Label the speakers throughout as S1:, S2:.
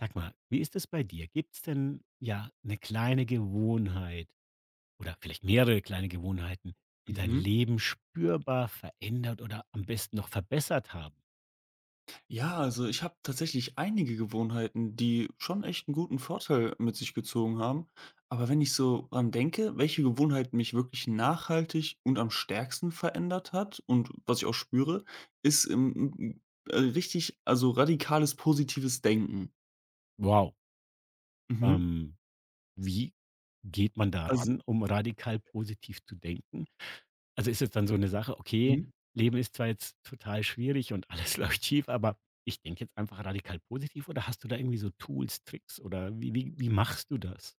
S1: Sag mal, wie ist es bei dir? Gibt es denn, ja, eine kleine Gewohnheit oder vielleicht mehrere kleine Gewohnheiten, die dein
S2: Mhm.
S1: Leben spürbar verändert oder am besten noch verbessert haben?
S2: Ja, also ich habe tatsächlich einige Gewohnheiten, die schon echt einen guten Vorteil mit sich gezogen haben. Aber wenn ich so dran denke, welche Gewohnheit mich wirklich nachhaltig und am stärksten verändert hat und was ich auch spüre, ist, m m richtig, also radikales positives Denken.
S1: Wow.
S2: Mhm.
S1: Ähm, wie geht man
S2: Also,
S1: daran, um radikal positiv zu denken? Also, ist es dann so eine Sache: „Okay,
S2: mhm,
S1: Leben ist zwar jetzt total schwierig und alles läuft schief, aber ich denke jetzt einfach radikal positiv“, oder hast du da irgendwie so Tools, Tricks oder wie machst du das?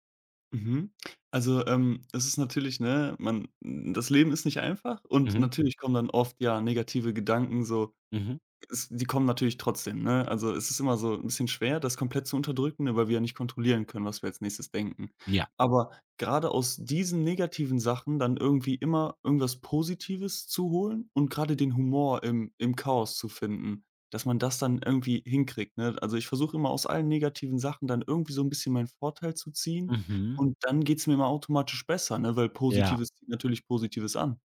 S2: mhm. Also, es ist natürlich, ne, man, das Leben ist nicht einfach, und
S1: Mhm,
S2: natürlich kommen dann oft, ja, negative Gedanken so.
S1: mhm,
S2: Es Die kommen natürlich trotzdem, ne? Also, es ist immer so ein bisschen schwer, das komplett zu unterdrücken, ne, weil wir ja nicht kontrollieren können, was wir als Nächstes denken.
S1: ja.
S2: Aber gerade aus diesen negativen Sachen dann irgendwie immer irgendwas Positives zu holen und gerade den Humor im Chaos zu finden, dass man das dann irgendwie hinkriegt, ne? Also, ich versuche immer aus allen negativen Sachen dann irgendwie so ein bisschen meinen Vorteil zu ziehen,
S1: Mhm,
S2: und dann geht's mir immer automatisch besser, ne, weil
S1: ja.
S2: Positives zieht natürlich Positives an.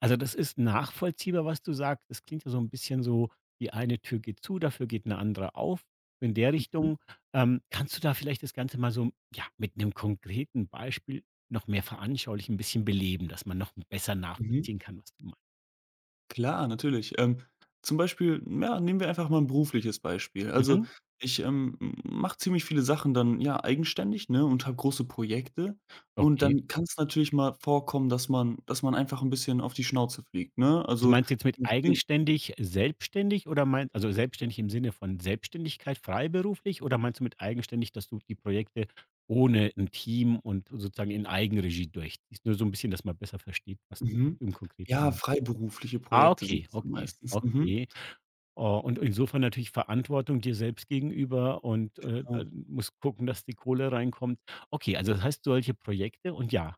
S1: Also, das ist nachvollziehbar, was du sagst. Das klingt ja so ein bisschen so, die eine Tür geht zu, dafür geht eine andere auf, in der
S2: Mhm,
S1: Richtung. Kannst du da vielleicht das Ganze mal so, ja, mit einem konkreten Beispiel noch mehr veranschaulichen, ein bisschen beleben, dass man noch besser
S2: mhm.
S1: nachvollziehen kann, was du meinst?
S2: Klar, natürlich. Zum Beispiel, ja, nehmen wir einfach mal ein berufliches Beispiel. Also,
S1: Mhm.
S2: ich mache ziemlich viele Sachen dann, ja, eigenständig, ne, und habe große Projekte. Und
S1: Okay.
S2: dann kann es natürlich mal vorkommen, dass man einfach ein bisschen auf die Schnauze fliegt, ne?
S1: Also,
S2: Also,
S1: meinst du jetzt mit
S2: ich de.
S1: eigenständig selbstständig oder meinst also, selbstständig im Sinne von Selbstständigkeit freiberuflich oder meinst du mit eigenständig, dass du die Projekte ohne ein Team und sozusagen in Eigenregie durchziehst? Nur so ein bisschen, dass man besser versteht, was du
S2: Mhm.
S1: im Konkreten
S2: Ja,
S1: meinst.
S2: freiberufliche
S1: Ah,
S2: Projekte sind
S1: okay,
S2: das dann
S1: okay,
S2: meistens. Mhm,
S1: okay. Oh, und insofern natürlich Verantwortung dir selbst gegenüber und,
S2: genau.
S1: dann musst gucken, dass die Kohle reinkommt. Okay, also, das heißt solche Projekte und ja.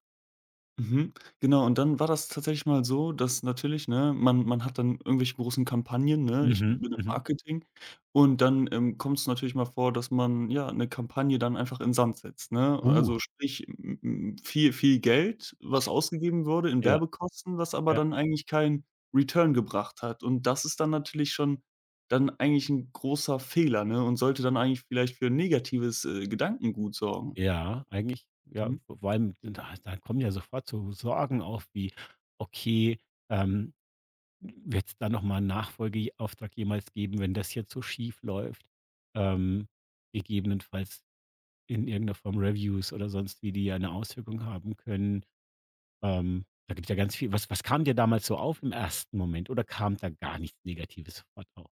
S2: Mhm, genau, und dann war das tatsächlich mal so, dass natürlich, ne, man hat dann irgendwelche großen Kampagnen, ne? Ich bin
S1: Mhm,
S2: Im
S1: mhm.
S2: Marketing, und dann kommt es natürlich mal vor, dass man, ja, eine Kampagne dann einfach in den Sand setzt, ne?
S1: Uh,
S2: Also, sprich, m m viel, viel Geld, was ausgegeben wurde in
S1: ja, ja.
S2: Werbekosten, was aber dann eigentlich keinen Return gebracht hat. Und das ist dann natürlich schon dann eigentlich ein großer Fehler, ne, und sollte dann eigentlich vielleicht für ein negatives Gedankengut sorgen.
S1: Ja, eigentlich, ja,
S2: Mhm.
S1: vor allem, da kommen ja sofort so Sorgen auf wie: „Okay, ähm, wird es da noch mal Nachfolgeauftrag jemals geben, wenn das jetzt so schief läuft?“ Ähm, gegebenenfalls in irgendeiner Form Reviews oder sonst wie, die ja 'ne Auswirkung haben können. Da gibt's ja ganz viel. Was kam dir damals so auf im ersten Moment oder kam da gar nichts Negatives sofort auf?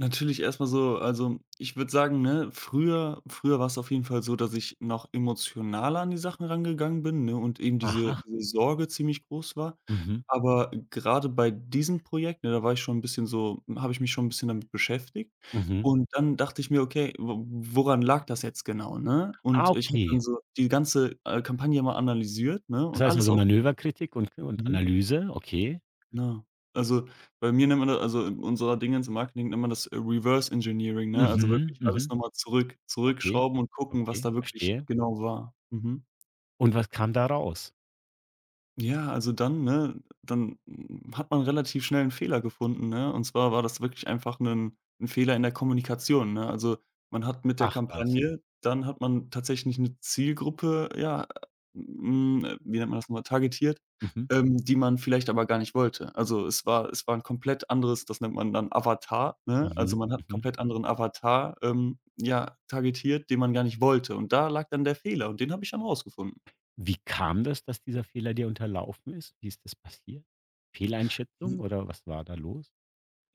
S2: Natürlich erstmal so, also, ich würde sagen, ne, früher war es auf jeden Fall so, dass ich noch emotionaler an die Sachen rangegangen bin, ne, und eben diese
S1: Aha,
S2: diese Sorge ziemlich groß war.
S1: mhm,
S2: Aber gerade bei diesem Projekt, ne, da war ich schon ein bisschen so, habe ich mich schon ein bisschen damit beschäftigt.
S1: mhm.
S2: Und dann dachte ich mir: „Okay, wo woran lag das jetzt genau“, ne?
S1: Ah,
S2: Und ich habe
S1: okay.
S2: dann so die ganze Kampagne mal analysiert, ne,
S1: Das
S2: und
S1: heißt
S2: alles
S1: also
S2: aus.
S1: Manöverkritik und Analyse, okay.
S2: Ja. Also, bei mir nennt man das, also, in unserer Dingens im Marketing nennt man das Reverse Engineering, ne? Also,
S1: Mhm,
S2: wirklich alles
S1: mhm.
S2: nochmal zurück
S1: Okay,
S2: zurückschrauben und gucken, was
S1: okay,
S2: da wirklich
S1: verstehe.
S2: genau war. Mhm.
S1: Und was kam da raus?
S2: Ja, also dann, ne, dann, hat man relativ schnell einen Fehler gefunden, ne? Und zwar war das wirklich einfach ein Fehler in der Kommunikation, ne? Also, man hat mit der
S1: Ach was.
S2: Kampagne, dann hat man tatsächlich eine Zielgruppe, ja, wie nennt man das noch mal, targetiert,
S1: Mhm,
S2: die man vielleicht aber gar nicht wollte. Also, es war ein komplett anderes. Das nennt man dann Avatar, ne? Also,
S1: mhm,
S2: man hat einen
S1: mhm.
S2: komplett anderen Avatar ja, targetiert, den man gar nicht wollte. Und da lag dann der Fehler, und den habe ich dann rausgefunden.
S1: Wie kam das, dass dieser Fehler dir unterlaufen ist? Wie ist das passiert? Fehleinschätzung oder was war da los?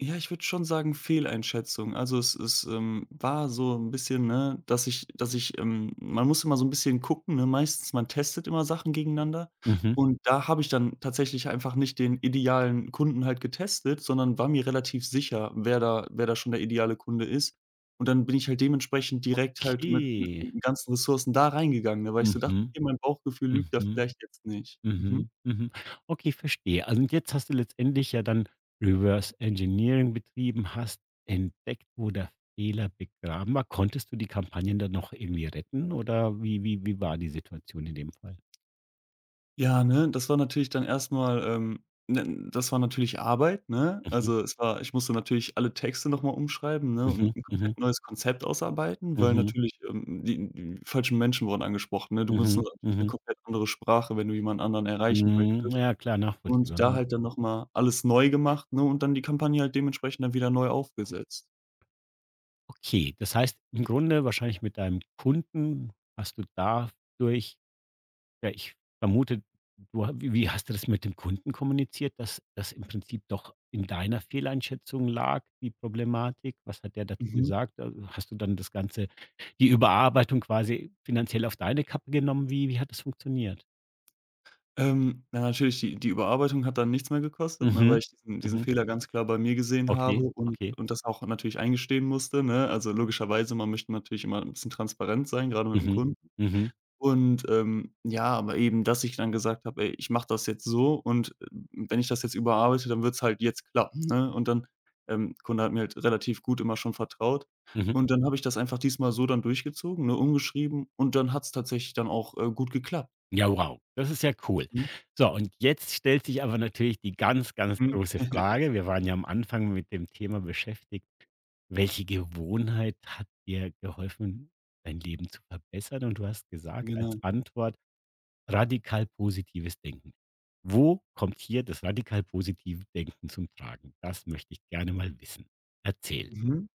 S2: Ja, ich würde schon sagen, Fehleinschätzung. Also, es war so ein bisschen, ne, dass ich, man muss immer so ein bisschen gucken, ne? Meistens man testet immer Sachen gegeneinander,
S1: Mhm.
S2: und da habe ich dann tatsächlich einfach nicht den idealen Kunden halt getestet, sondern war mir relativ sicher, wer da, wer da schon der ideale Kunde ist. Und dann bin ich halt dementsprechend direkt halt mit
S1: Okay.
S2: den ganzen Ressourcen da reingegangen, ne, weil ich so dachte:
S1: Mhm,
S2: „Okay, mein Bauchgefühl lügt da
S1: mhm.
S2: vielleicht jetzt nicht.“ Mhm.
S1: Mhm, mhm. Okay, verstehe. Also und jetzt hast du letztendlich ja dann Reverse Engineering betrieben, hast entdeckt, wo der Fehler begraben war. Konntest du die Kampagnen dann noch irgendwie retten oder wie war die Situation in dem Fall?
S2: Ja, ne, das war natürlich dann erstmal. Ne, das war natürlich Arbeit, ne?
S1: Mhm,
S2: Also, es war, ich musste natürlich alle Texte noch mal umschreiben, ne,
S1: mhm,
S2: und ein
S1: mhm,
S2: komplett neues Konzept ausarbeiten, weil
S1: mhm,
S2: natürlich die falschen Menschen wurden angesprochen, ne? Du benutzt
S1: mhm,
S2: natürlich eine
S1: mhm.
S2: komplett andere Sprache, wenn du jemand anderen erreichen
S1: Hm,
S2: möchtest.
S1: ja klar,
S2: Und
S1: nachvollziehbar,
S2: da
S1: ja.
S2: halt dann noch mal alles neu gemacht, ne, und dann die Kampagne halt dementsprechend dann wieder neu aufgesetzt.
S1: Okay, das heißt im Grunde wahrscheinlich mit deinem Kunden hast du dadurch ja, ich vermute, du ha wie hast du das mit dem Kunden kommuniziert, dass das im Prinzip doch in deiner Fehleinschätzung lag, die Problematik? Was hat der dazu
S2: Mhm.
S1: gesagt? Also, hast du dann das Ganze die Überarbeitung quasi finanziell auf deine Kappe genommen? Wie hat das funktioniert?
S2: Na, natürlich, die Überarbeitung hat dann nichts mehr gekostet, ne,
S1: Mhm.
S2: weil ich diesen
S1: Mhm.
S2: Fehler ganz klar bei mir gesehen habe
S1: Okay,
S2: und
S1: okay.
S2: und das auch natürlich eingestehen musste, ne? Also, logischerweise, man möchte natürlich immer 'n bisschen transparent sein, grade mit dem
S1: Mhm.
S2: Kunden.
S1: Mhm.
S2: Und ja, aber eben, dass ich dann gesagt habe: „Ey, ich mache das jetzt so, und wenn ich das jetzt überarbeite, dann wird's halt jetzt klappen“, ne? Und dann, Kunde hat mir halt relativ gut immer schon vertraut.
S1: Mhm.
S2: Und dann habe ich das einfach diesmal so dann durchgezogen, ne, umgeschrieben, und dann hat's tatsächlich dann auch gut geklappt.
S1: Ja, wow, das ist ja cool.
S2: Mhm,
S1: So, und jetzt stellt sich aber natürlich die ganz, ganz
S2: mhm.
S1: große Frage. Wir waren ja am Anfang mit dem Thema beschäftigt. Welche Gewohnheit hat dir geholfen, dein Leben zu verbessern? Und du hast gesagt als
S2: Genau.
S1: Antwort radikal positives Denken. Wo kommt hier das radikal positive Denken zum Tragen? Das möchte ich gerne mal wissen. Erzähl.
S2: Mhm.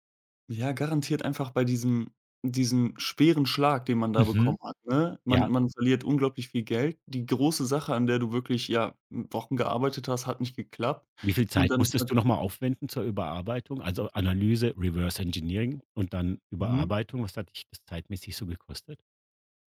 S2: Ja, garantiert einfach bei diesem, diesem schweren Schlag, den man da bekommen
S1: Mhm.
S2: hat, ne? Man
S1: Ja.
S2: man verliert unglaublich viel Geld. Die große Sache, an der du wirklich, ja, Wochen gearbeitet hast, hat nicht geklappt.
S1: Wie viel
S2: Und
S1: Zeit
S2: dann ist nat.
S1: musstest du nochmal aufwenden zur Überarbeitung? Also, Analyse, Reverse Engineering und dann
S2: Mhm.
S1: Überarbeitung. Was hat dich das zeitmäßig so gekostet?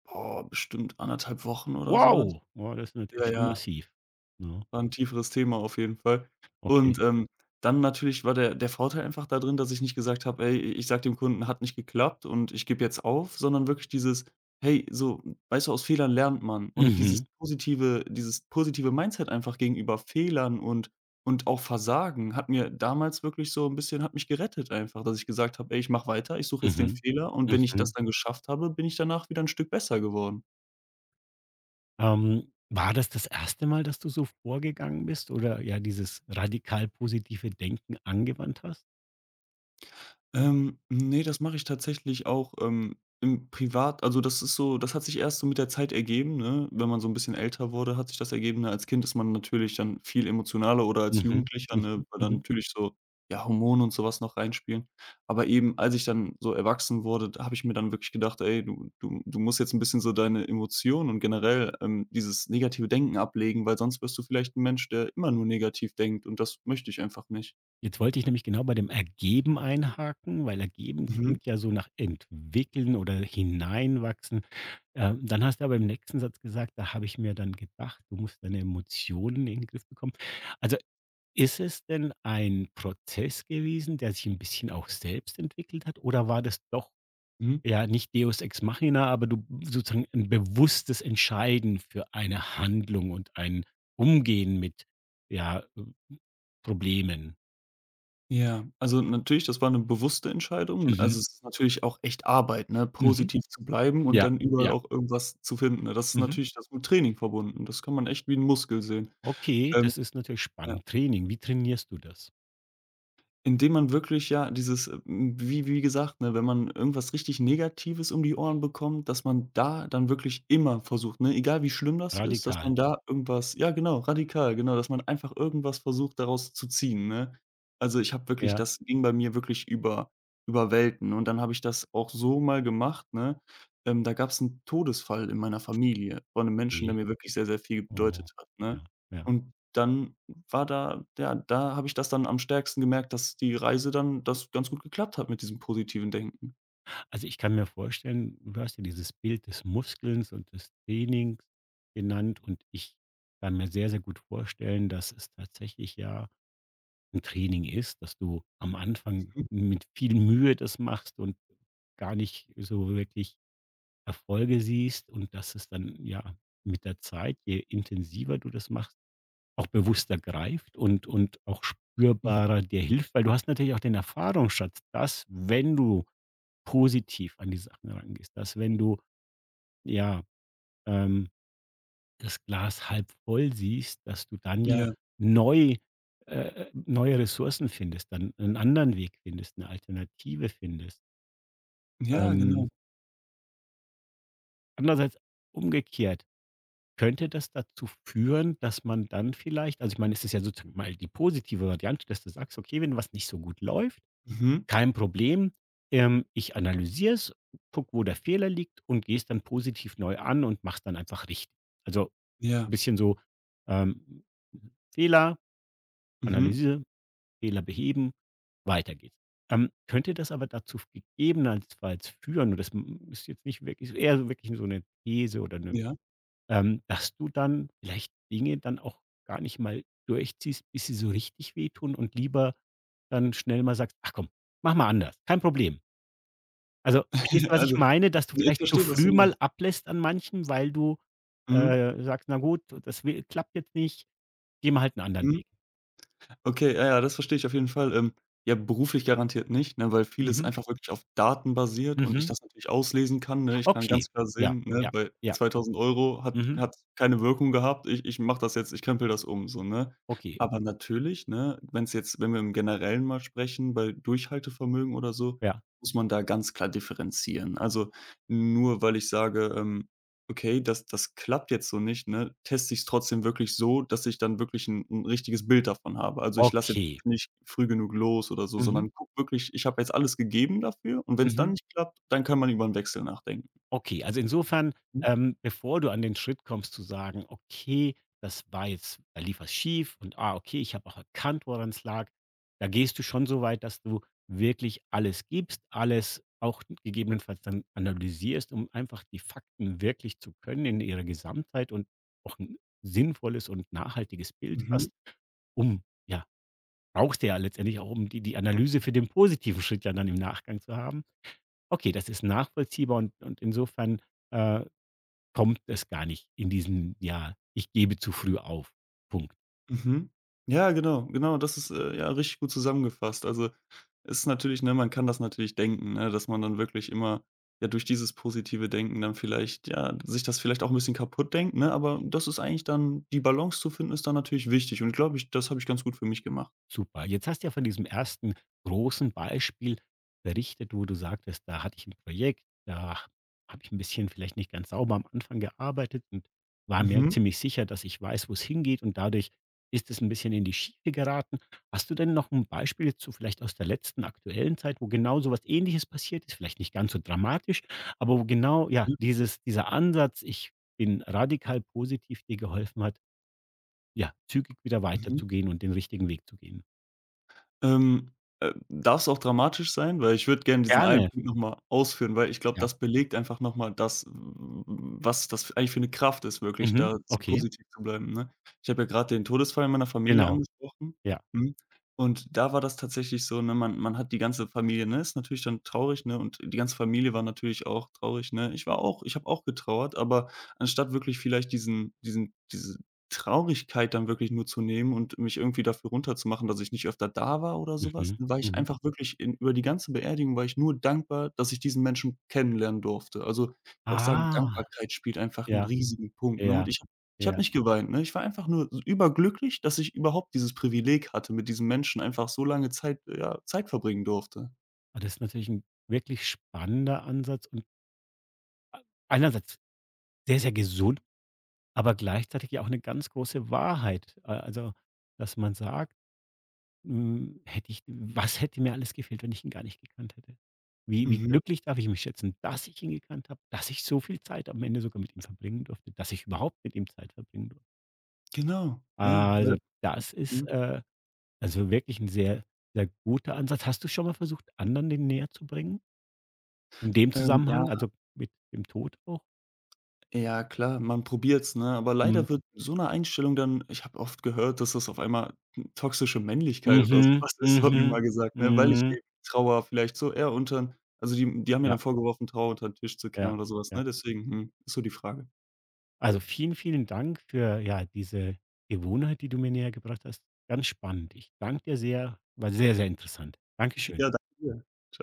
S2: Boah, bestimmt anderthalb Wochen oder sowas.
S1: Wow! Oh, das ist natürlich
S2: Ja,
S1: schon
S2: ja.
S1: massiv. Ne,
S2: War 'n tieferes Thema auf jeden Fall. Und
S1: okay.
S2: dann natürlich war der Vorteil einfach da drin, dass ich nicht gesagt habe: „Ey, i ich sage dem Kunden, hat nicht geklappt, und ich gebe jetzt auf“, sondern wirklich dieses: „Hey, so, weißt du, aus Fehlern lernt man.“ Und dieses
S1: Mhm,
S2: positive dieses positive Mindset einfach gegenüber Fehlern und auch Versagen hat mir damals wirklich so 'n bisschen, hat mich gerettet einfach, dass ich gesagt habe: „Ey, ich mache weiter, ich suche jetzt den
S1: mhm,
S2: Fehler, und wenn ich das
S1: mhm.
S2: dann geschafft habe, bin ich danach wieder 'n Stück besser geworden.“
S1: War das das erste Mal, dass du so vorgegangen bist oder ja dieses radikal positive Denken angewandt hast?
S2: Ne, das mache ich tatsächlich auch im Privat, also, das ist so, das hat sich erst so mit der Zeit ergeben, ne? Wenn man so ein bisschen älter wurde, hat sich das ergeben, ne? Als Kind ist man natürlich dann viel emotionaler, oder als
S1: Mhm,
S2: Jugendlicher, ne,
S1: mhm,
S2: weil dann
S1: mhm.
S2: natürlich so, ja, Hormone und sowas noch reinspielen. Aber eben, als ich dann so erwachsen wurde, da habe ich mir dann wirklich gedacht: „Ey, du musst jetzt ein bisschen so deine Emotionen und generell dieses negative Denken ablegen, weil sonst wirst du vielleicht ein Mensch, der immer nur negativ denkt, und das möchte ich einfach nicht.“
S1: Jetzt wollte ich nämlich genau bei dem ergeben einhaken, weil ergeben
S2: Mhm.
S1: klingt ja so nach entwickeln oder hineinwachsen. Dann hast du aber im nächsten Satz gesagt: „Da habe ich mir dann gedacht, du musst deine Emotionen in den Griff bekommen.“ Also, ist es denn ein Prozess gewesen, der sich ein bisschen auch selbst entwickelt hat, oder war das doch,
S2: Mhm.
S1: ja, nicht Deus ex machina, aber du sozusagen ein bewusstes Entscheiden für eine Handlung und ein Umgehen mit, ja, Problemen?
S2: Ja, also natürlich, das war eine bewusste Entscheidung.
S1: Mhm,
S2: Also, es ist natürlich auch echt Arbeit, ne,
S1: mhm.
S2: positiv zu bleiben und
S1: Ja,
S2: dann überall
S1: ja.
S2: auch irgendwas zu finden, ne? Das ist
S1: Mhm.
S2: natürlich, das ist mit Training verbunden. Das kann man echt wie ein Muskel sehen.
S1: Okay,
S2: Ähm
S1: das ist natürlich spannend. Training, wie trainierst du das?
S2: Indem man wirklich, ja, dieses wie gesagt, ne, wenn man irgendwas richtig Negatives um die Ohren bekommt, dass man da dann wirklich immer versucht, ne, egal wie schlimm das ist, dass
S1: Radikal.
S2: man da irgendwas, ja, genau, radikal, genau, dass man einfach irgendwas versucht, daraus zu ziehen, ne? Also, ich habe wirklich,
S1: Ja.
S2: das ging bei mir wirklich über, über Welten, und dann habe ich das auch so mal gemacht, ne? Da gab es einen Todesfall in meiner Familie von einem Menschen, der mir wirklich sehr, sehr viel
S1: Oh,
S2: bedeutet hat, ne?
S1: ja, ja.
S2: Und dann war da, ja, da habe ich das dann am stärksten gemerkt, dass die Reise dann das ganz gut geklappt hat mit diesem positiven Denken.
S1: Also, ich kann mir vorstellen, du hast ja dieses Bild des Muskelns und des Trainings genannt und ich kann mir sehr, sehr gut vorstellen, dass es tatsächlich ja ein Training ist, dass du am Anfang
S2: Mhm.
S1: mit viel Mühe das machst und gar nicht so wirklich Erfolge siehst und dass es dann, ja, mit der Zeit, je intensiver du das machst, auch bewusster greift und auch
S2: Mhm.
S1: spürbarer dir hilft, weil du hast natürlich auch den Erfahrungsschatz, dass, wenn du positiv an die Sachen rangehst, dass wenn du, ja, ähm, das Glas halb voll siehst, dass du dann ja
S2: Ja.
S1: neu äh, neue Ressourcen findest, dann einen anderen Weg findest, eine Alternative findest.
S2: Ja,
S1: Ähm,
S2: genau.
S1: andererseits umgekehrt, könnte das dazu führen, dass man dann vielleicht also, ich meine, es ist ja sozusagen mal die positive Variante, dass du sagst: „Okay, wenn was nicht so gut läuft“
S2: Mhm.
S1: Kein Problem. Ich analysiere es, gucke, wo der Fehler liegt und gehe es dann positiv neu an und mache es dann einfach richtig. Also, ein
S2: Ja.
S1: bisschen so, ähm, Fehler,
S2: Mhm.
S1: Analyse, Fehler beheben, weiter geht's. Könnte das aber dazu f gegebenenfalls führen und das m ist jetzt nicht wirklich ist eher so wirklich so eine These oder 'ne
S2: Ja.
S1: dass du dann vielleicht Dinge dann auch gar nicht mal durchziehst, bis sie so richtig wehtun und lieber dann schnell mal sagst: „Ach komm, mach mal anders, kein Problem.“ also, verstehst du, was ich
S2: Also,
S1: meine, dass du
S2: ich
S1: vielleicht zu
S2: verstehe, was du
S1: früh mal
S2: meinst.
S1: ablässt an manchem, weil du,
S2: Mhm.
S1: sagst: „Na gut, das wi klappt jetzt nicht, gehen wir halt 'n anderen
S2: Mhm.
S1: Weg.“
S2: Okay, ja, ja, das verstehe ich auf jeden Fall. Ja, beruflich garantiert nicht, ne, weil vieles
S1: Mhm,
S2: einfach wirklich auf Daten basiert und ich
S1: mhm.
S2: das natürlich auslesen kann, ne? Ich kann
S1: Okay.
S2: ganz klar
S1: Ja,
S2: sehen, ne,
S1: ja,
S2: bei
S1: ja.
S2: 2.000 Euro hat
S1: Mhm.
S2: hat keine Wirkung gehabt. Ich mache das jetzt, ich krempel das um, so, ne?
S1: Okay.
S2: Aber natürlich, ne, wenn es jetzt, wenn wir im Generellen mal sprechen, bei Durchhaltevermögen oder so,
S1: Ja.
S2: muss man da ganz klar differenzieren. Also, nur weil ich sage Okay, das klappt jetzt so nicht, ne, teste ich es trotzdem wirklich so, dass ich dann wirklich ein 'n richtiges Bild davon habe. Also, ich lasse jetzt
S1: Okay.
S2: wirklich nicht früh genug los oder so,
S1: Mhm,
S2: sondern gucke wirklich, ich habe jetzt alles gegeben dafür, und wenn es dann
S1: mhm.
S2: nicht klappt, dann kann man über 'n Wechsel nachdenken.
S1: Okay, also insofern, bevor du an den Schritt kommst zu sagen: „Okay, das war jetzt da lief was schief und, ah, okay, ich habe auch erkannt, woran es lag.“ Da gehst du schon so weit, dass du wirklich alles gibst, alles auch gegebenenfalls dann analysierst, um einfach die Fakten wirklich zu können in ihrer Gesamtheit und auch ein sinnvolles und nachhaltiges Bild
S2: Mhm.
S1: hast, um ja, brauchst du ja letztendlich auch, um die Analyse für den positiven Schritt ja dann im Nachgang zu haben. Okay, das ist nachvollziehbar und insofern, äh, kommt es gar nicht in diesen, ja, ich gebe zu früh auf, Punkt.
S2: Mhm. Ja, genau, genau, das ist ja, richtig gut zusammengefasst. Also, es ist natürlich, ne, man kann das natürlich denken, ne, dass man dann wirklich immer, ja, durch dieses positive Denken dann vielleicht, ja, sich das vielleicht auch ein bisschen kaputt denkt, ne, aber das ist eigentlich dann, die Balance zu finden, ist dann natürlich wichtig, und, glaube ich, das habe ich ganz gut für mich gemacht.
S1: Super. Jetzt hast du ja von diesem ersten großen Beispiel berichtet, wo du sagtest, da hatte ich ein Projekt, da habe ich ein bisschen vielleicht nicht ganz sauber am Anfang gearbeitet und war mir
S2: Mhm.
S1: ziemlich sicher, dass ich weiß, wo es hingeht und dadurch ist es ein bisschen in die Schiefe geraten. Hast du denn noch ein Beispiel zu vielleicht aus der letzten aktuellen Zeit, wo genau so was Ähnliches passiert ist? Vielleicht nicht ganz so dramatisch, aber wo genau, ja,
S2: Ja.
S1: dieses dieser Ansatz: „Ich bin radikal positiv“, dir geholfen hat, ja, zügig wieder
S2: Mhm.
S1: weiterzugehen und den richtigen Weg zu gehen?
S2: Ähm, darf's auch dramatisch sein? Weil ich würde gerne diesen einen
S1: Gerne.
S2: Punkt noch mal ausführen, weil ich glaube,
S1: Ja.
S2: das belegt einfach noch mal das, was das eigentlich für eine Kraft ist, wirklich
S1: Mhm.
S2: da so
S1: Okay,
S2: positiv zu bleiben, ne? Ich habe ja gerade den Todesfall in meiner Familie
S1: genau.
S2: angesprochen,
S1: Ja.
S2: mhm, und da war das tatsächlich so, ne, man hat die ganze Familie, ne, ist natürlich dann traurig, ne, und die ganze Familie war natürlich auch traurig, ne? Ich war auch, ich habe auch getrauert, aber anstatt wirklich vielleicht diesen, diese Traurigkeit dann wirklich nur zu nehmen und mich irgendwie dafür runterzumachen, dass ich nicht öfter da war oder so was,
S1: Mhm.
S2: dann war ich
S1: Mhm.
S2: einfach wirklich in, über die ganze Beerdigung war ich nur dankbar, dass ich diesen Menschen kennenlernen durfte. Also, ich würde auch sagen,
S1: Ah,
S2: Dankbarkeit spielt einfach 'n
S1: ja,
S2: riesigen Punkt, ne?
S1: ja,
S2: Und ich habe
S1: ja.
S2: nicht geweint, ne? Ich war einfach nur s überglücklich, dass ich überhaupt dieses Privileg hatte, mit diesem Menschen einfach so lange Zeit, ja, Zeit verbringen durfte.
S1: Ah, das ist natürlich ein wirklich spannender Ansatz und einerseits sehr, sehr gesund, aber gleichzeitig ja auch eine ganz große Wahrheit. A also, dass man sagt: „Hm, hätte ich was hätte mir alles gefehlt, wenn ich ihn gar nicht gekannt hätte? Wie
S2: Mhm,
S1: glücklich darf ich mich schätzen, dass ich ihn gekannt habe, dass ich so viel Zeit am Ende sogar mit ihm verbringen durfte, dass ich überhaupt mit ihm Zeit verbringen durfte?“
S2: genau, ja, weil
S1: Also, das ist,
S2: mhm,
S1: äh Also wirklich ein sehr, sehr guter Ansatz. Hast du schon mal versucht, anderen den näher zu bringen? In dem
S2: ja.
S1: Zusammenhang, also mit dem Tod auch?
S2: Ja klar, man probiert's, ne? Aber
S1: Mhm.
S2: leider wird so 'ne Einstellung dann, ich habe oft gehört, dass das auf einmal toxische Männlichkeit oder so
S1: Mhm.
S2: was ist, wurde mir
S1: Mhm.
S2: mal gesagt, ne, weil ich
S1: Mhm.
S2: eben Trauer vielleicht so eher untern, also die haben mir
S1: Ja,
S2: dann vorgeworfen, Trauer untern Tisch zu kehren
S1: ja,
S2: oder so was,
S1: ja.
S2: ne? Deswegen, ist so die Frage.
S1: Also vielen, vielen Dank für, ja, diese Gewohnheit, die du mir näher gebracht hast. Ganz spannend. Ich danke dir sehr. War sehr, sehr interessant. Dankeschön.
S2: Ja, danke dir. Tschau.